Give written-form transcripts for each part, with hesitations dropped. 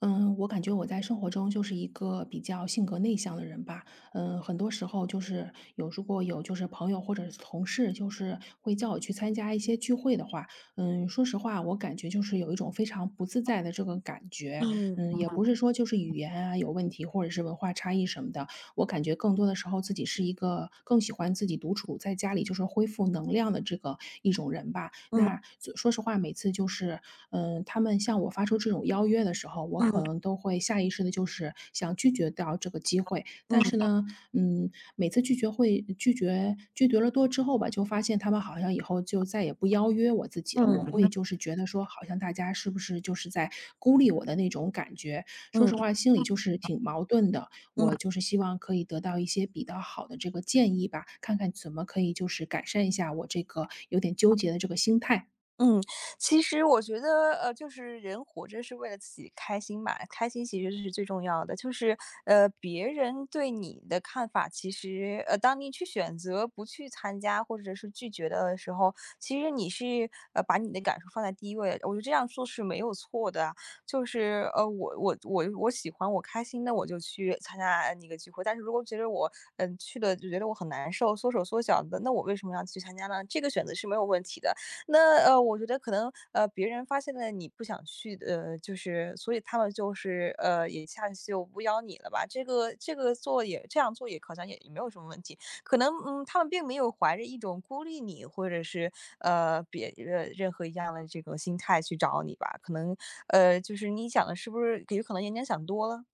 嗯，我感觉我在生活中就是一个比较性格内向的人吧。很多时候就是如果有就是朋友或者是同事，就是会叫我去参加一些聚会的话，说实话，我感觉就是有一种非常不自在的这个感觉。嗯，也嗯不是说就是语言啊有问题，或者是文化差异什么的，我感觉更多的时候自己是一个更喜欢自己独处，在家里就是恢复能量的这个一种人吧。那嗯说实话，每次就是，他们向我发出这种邀约的时候，我可嗯能都会下意识的，就是想拒绝掉这个机会。但是嗯呢，嗯，每次拒绝了多之后吧，就发现他们好像以后就再也不邀约我自己了。我嗯嗯嗯会就是觉得说，好像大家是不是就是在孤立我的那种感觉？说嗯。实话，心里就是挺矛盾的。我就是希望可以得到一些比较好的这个建议吧，看看怎么可以就是改善一下我这个有点纠结的这个心态。嗯，其实我觉得，就是人活着是为了自己开心嘛，开心其实是最重要的。就是，别人对你的看法，其实，当你去选择不去参加或者是拒绝的时候，其实你是，把你的感受放在第一位的，我觉得这样做是没有错的啊。就是，我喜欢我开心的我就去参加那个聚会，但是如果觉得我，去了就觉得我很难受，缩手缩脚的，那我为什么要去参加呢？这个选择是没有问题的。那,我觉得可能别人发现了你不想去的，就是所以他们也下次就不邀你了吧？这个做，也这样做也好像也，也没有什么问题。可能嗯，他们并没有怀着一种孤立你或者是呃别呃任何一样的这个心态去找你吧？可能就是你想的是不是有可能人家想多了？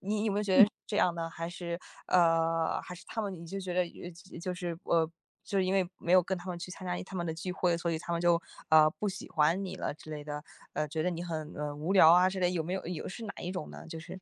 你有没有觉得嗯，是这样呢？还是还是他们，你就觉得就是因为没有跟他们去参加他们的聚会，所以他们就不喜欢你了之类的，觉得你很无聊啊之类，有没有有是哪一种呢？就是。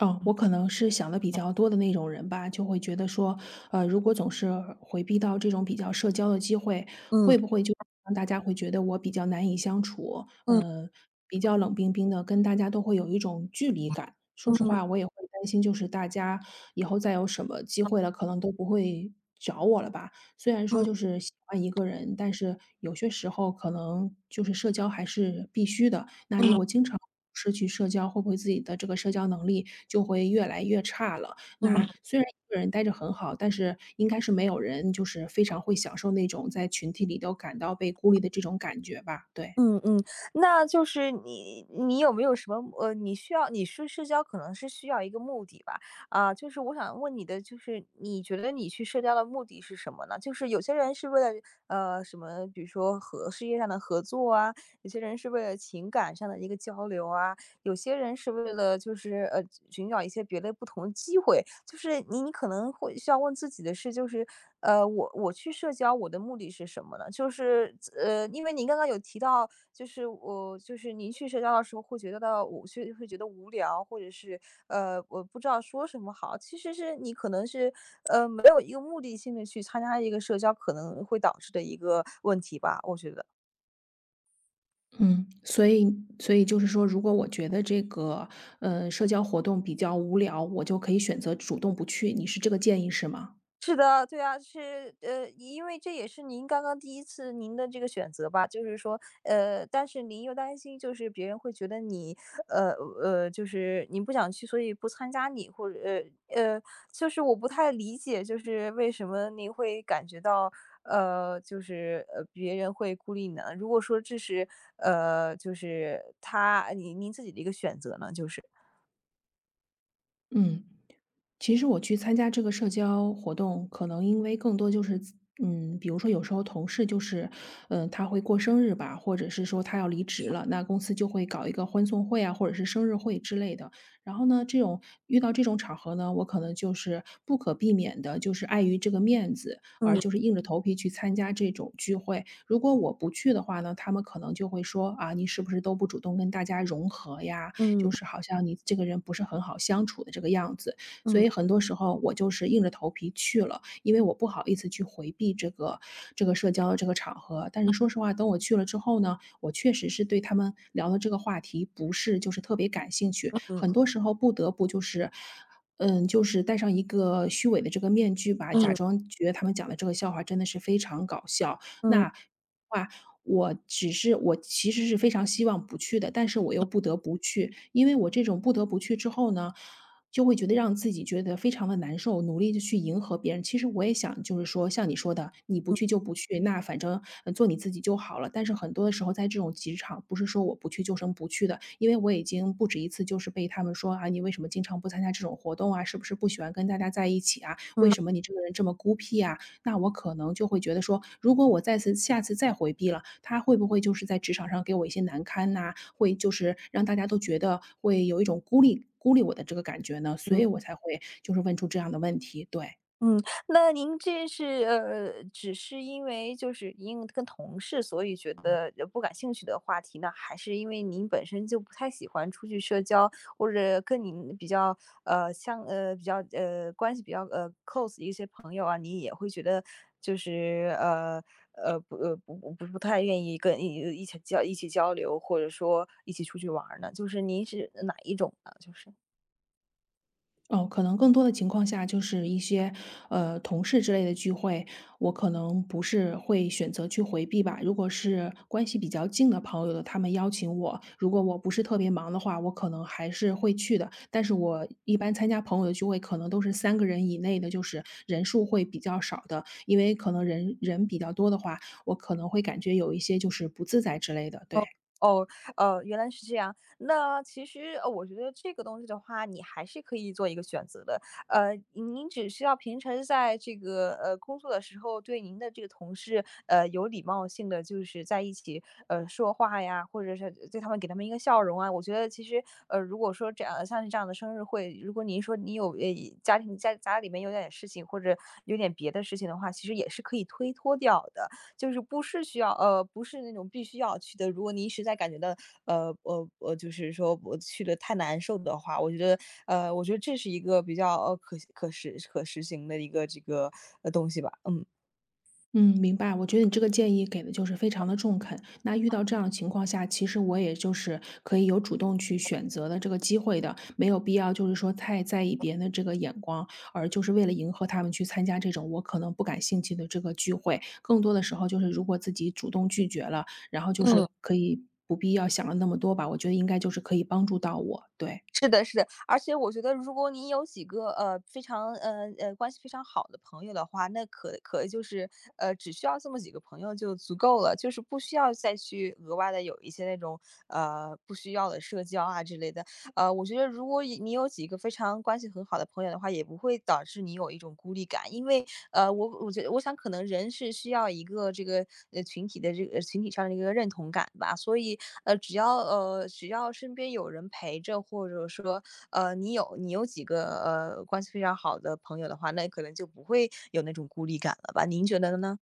哦，我可能是想的比较多的那种人吧，就会觉得说，如果总是回避到这种比较社交的机会，嗯会不会就让大家会觉得我比较难以相处，嗯比较冷冰冰的，跟大家都会有一种距离感。说嗯实嗯话，我也会担心，就是大家以后再有什么机会了，可能都不会找我了吧。虽然说就是喜欢一个人，但是有些时候可能就是社交还是必须的。那如果嗯经常失去社交，会不会自己的这个社交能力就会越来越差了？那嗯。虽然一个人待着很好，但是应该是没有人就是非常会享受那种在群体里都感到被孤立的这种感觉吧？对。嗯嗯，那就是你有没有什么你需要，你是社交可能是需要一个目的吧？啊，就是我想问你的，就是你觉得你去社交的目的是什么呢？就是有些人是为了什么，比如说和事业上的合作啊，有些人是为了情感上的一个交流啊，有些人是为了就是寻找一些别的不同的机会，就是你可能会需要问自己的是，就是我，我去社交我的目的是什么呢？就是因为您刚刚有提到，就是我就是您去社交的时候会觉得，到我去会觉得无聊，或者是我不知道说什么好，其实是你可能是没有一个目的性的去参加一个社交，可能会导致的一个问题吧，我觉得。嗯，所以所以就是说，如果我觉得这个社交活动比较无聊，我就可以选择主动不去。你是这个建议是吗？是的，对啊，是因为这也是您刚刚第一次您的这个选择吧，就是说，但是您又担心就是别人会觉得你，呃就是您不想去，所以不参加你，或者呃，就是我不太理解，就是为什么您会感觉到，别人会孤立你呢？如果说这是，就是您您自己的一个选择呢，就是。嗯。其实我去参加这个社交活动，可能因为更多就是比如说有时候同事就是，他会过生日吧，或者是说他要离职了，那公司就会搞一个欢送会啊，或者是生日会之类的。然后呢，这种遇到这种场合呢，我可能就是不可避免的，就是碍于这个面子，而嗯，就是硬着头皮去参加这种聚会。如果我不去的话呢，他们可能就会说啊，你是不是都不主动跟大家融合呀？就嗯，是好像你这个人不是很好相处的这个样子。所嗯以很多时候我就是硬着头皮去了，因为我不好意思去回避这个社交的这个场合。但是说实话，等我去了之后呢，我确实是对他们聊的这个话题不是就是特别感兴趣，嗯很嗯多时候不得不就是。就是戴上一个虚伪的这个面具吧，假嗯装觉得他们讲的这个笑话真的是非常搞笑。嗯那话，我只是我其实是非常希望不去的，但是我又不得不去。因为我这种不得不去之后呢，就会觉得让自己觉得非常的难受，努力的去迎合别人。其实我也想就是说像你说的，你不去就不去，那反正，做你自己就好了。但是很多的时候在这种职场，不是说我不去就成不去的，因为我已经不止一次就是被他们说：“啊，你为什么经常不参加这种活动啊？是不是不喜欢跟大家在一起啊？为嗯。什么你这个人这么孤僻啊？”那我可能就会觉得说，如果我再次下次再回避了，他会不会就是在职场上给我一些难堪呐、会就是让大家都觉得会有一种孤立我的这个感觉呢？所以我才会就是问出这样的问题，对。嗯，那您这是只是因为就是因跟同事，所以觉得不感兴趣的话题呢，还是因为您本身就不太喜欢出去社交，或者跟您比较呃像呃比较关系比较close 的一些朋友啊，你也会觉得就是不太愿意跟一起一起交流，或者说一起出去玩儿呢？就是您是哪一种呢？就是。哦，可能更多的情况下就是一些，同事之类的聚会，我可能不是会选择去回避吧。如果是关系比较近的朋友的，他们邀请我，如果我不是特别忙的话，我可能还是会去的。但是我一般参加朋友的聚会，可能都是三个人以内的，就是人数会比较少的，因为可能人比较多的话，我可能会感觉有一些就是不自在之类的，对。哦哦，原来是这样。那其实，我觉得这个东西的话，你还是可以做一个选择的。您只需要平常在这个工作的时候，对您的这个同事，有礼貌性的，就是在一起说话呀，或者是对他们，给他们一个笑容啊。我觉得其实，如果说这样，像是这样的生日会，如果您说你有家庭，家里面有点事情，或者有点别的事情的话，其实也是可以推脱掉的。就是不是需要不是那种必须要去的。如果你实在感觉到，就是说我去的太难受的话，我觉得，我觉得这是一个比较呃可可实可实行的一个这个东西吧，嗯。嗯，明白。我觉得你这个建议给的就是非常的中肯。那遇到这样的情况下，其实我也就是可以有主动去选择的这个机会的，没有必要就是说太在意别人的这个眼光，而就是为了迎合他们去参加这种我可能不感兴趣的这个聚会。更多的时候就是，如果自己主动拒绝了，然后就嗯。是可以不必要想了那么多吧。我觉得应该就是可以帮助到我，对。而且我觉得如果你有几个，非常关系非常好的朋友的话，那就是，只需要这么几个朋友就足够了，就是不需要再去额外的有一些那种，不需要的社交啊之类的。我觉得如果你有几个非常关系很好的朋友的话，也不会导致你有一种孤立感。因为，我觉得我想可能人是需要一个这个，群体的，这个群体上的一个认同感吧。所以，只要身边有人陪着，或者说，你有几个关系非常好的朋友的话，那可能就不会有那种孤立感了吧？您觉得呢？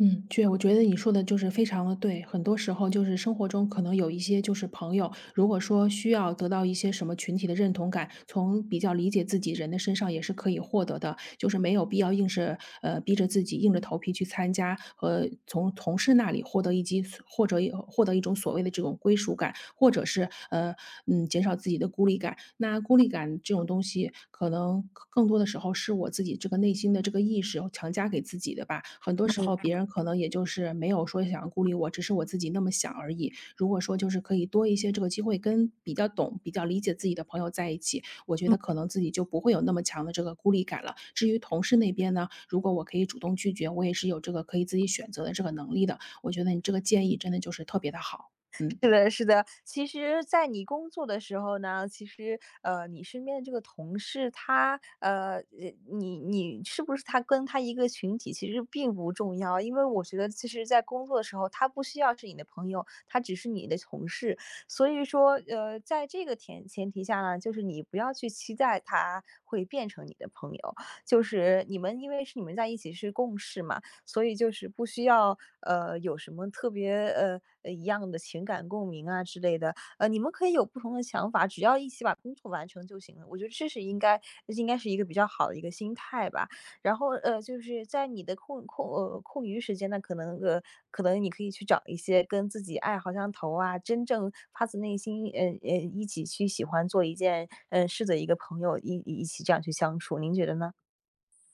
嗯，对，我觉得你说的就是非常的对。很多时候就是生活中可能有一些就是朋友，如果说需要得到一些什么群体的认同感，从比较理解自己人的身上也是可以获得的，就是没有必要硬是逼着自己硬着头皮去参加和从同事那里获得一及获得一获得一种所谓的这种归属感。或者是减少自己的孤立感。那孤立感这种东西，可能更多的时候是我自己这个内心的这个意识强加给自己的吧。很多时候别人可能也就是没有说想要孤立我，只是我自己那么想而已。如果说就是可以多一些这个机会跟比较懂、比较理解自己的朋友在一起，我觉得可能自己就不会有那么强的这个孤立感了。至于同事那边呢，如果我可以主动拒绝，我也是有这个可以自己选择的这个能力的。我觉得你这个建议真的就是特别的好，嗯。是的，是的。其实在你工作的时候呢，其实，你身边的这个同事，他，你，你是不是他跟他一个群体，其实并不重要，因为我觉得其实在工作的时候，他不需要是你的朋友，他只是你的同事。所以说，在这个前提下呢，就是你不要去期待他会变成你的朋友，就是你们因为是你们在一起是共事嘛，所以就是不需要，有什么特别，一样的情感共鸣啊之类的。你们可以有不同的想法，只要一起把工作完成就行了。我觉得这应该是一个比较好的一个心态吧。然后，就是在你的空余时间呢，可能你可以去找一些跟自己爱好相投啊，真正发自内心，一起去喜欢做一件，事的一个朋友，一起这样去相处，您觉得呢？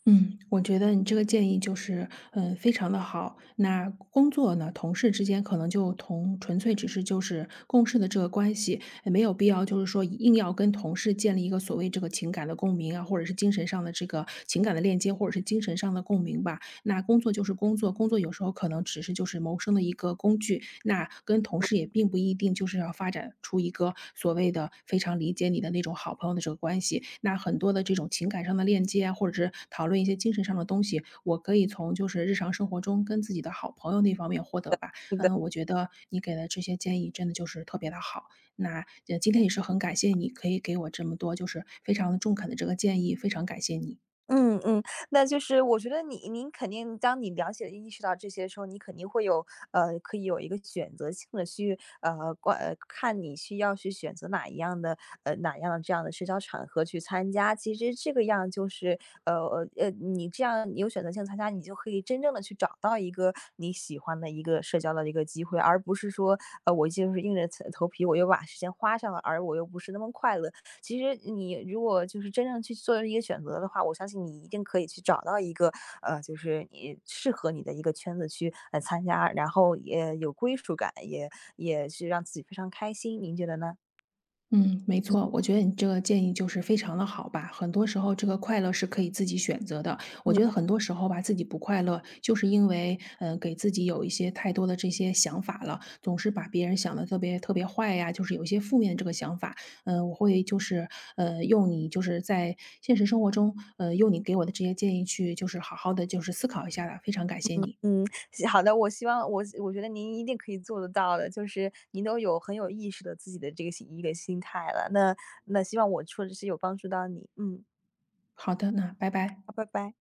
嗯，我觉得你这个建议就是，非常的好。那工作呢，同事之间可能就同纯粹只是就是共事的这个关系，没有必要就是说硬要跟同事建立一个所谓这个情感的共鸣啊，或者是精神上的这个情感的链接，或者是精神上的共鸣吧。那工作就是工作，工作有时候可能只是就是谋生的一个工具，那跟同事也并不一定就是要发展出一个所谓的非常理解你的那种好朋友的这个关系。那很多的这种情感上的链接啊，或者是讨论一些精神上的东西，我可以从就是日常生活中跟自己的好朋友那方面获得吧。我觉得你给的这些建议真的就是特别的好。那今天也是很感谢你可以给我这么多就是非常的中肯的这个建议，非常感谢你。嗯嗯，那就是我觉得您肯定当你了解意识到这些的时候，你肯定会有可以有一个选择性的去看你需要去选择哪样的这样的社交场合去参加。其实这个样就是你这样，你有选择性参加，你就可以真正的去找到一个你喜欢的一个社交的一个机会，而不是说我就是硬着头皮，我又把时间花上了，而我又不是那么快乐。其实你如果就是真正去做一个选择的话，我相信你一定可以去找到一个，就是适合你的一个圈子去，参加，然后也有归属感，也是让自己非常开心，您觉得呢？嗯，没错，我觉得你这个建议就是非常的好吧。很多时候，这个快乐是可以自己选择的。我嗯。觉得很多时候吧，自己不快乐，就是因为给自己有一些太多的这些想法了，总是把别人想的特别特别坏呀，就是有一些负面这个想法。我会就是用你就是在现实生活中，用你给我的这些建议去，就是好好的就是思考一下的。非常感谢你。嗯，是，好的，我希望我觉得您一定可以做得到的，就是您都有很有意识的自己的这个一个心态了，那，那希望我说的是有帮助到你，嗯，好的，那拜拜。好，拜拜。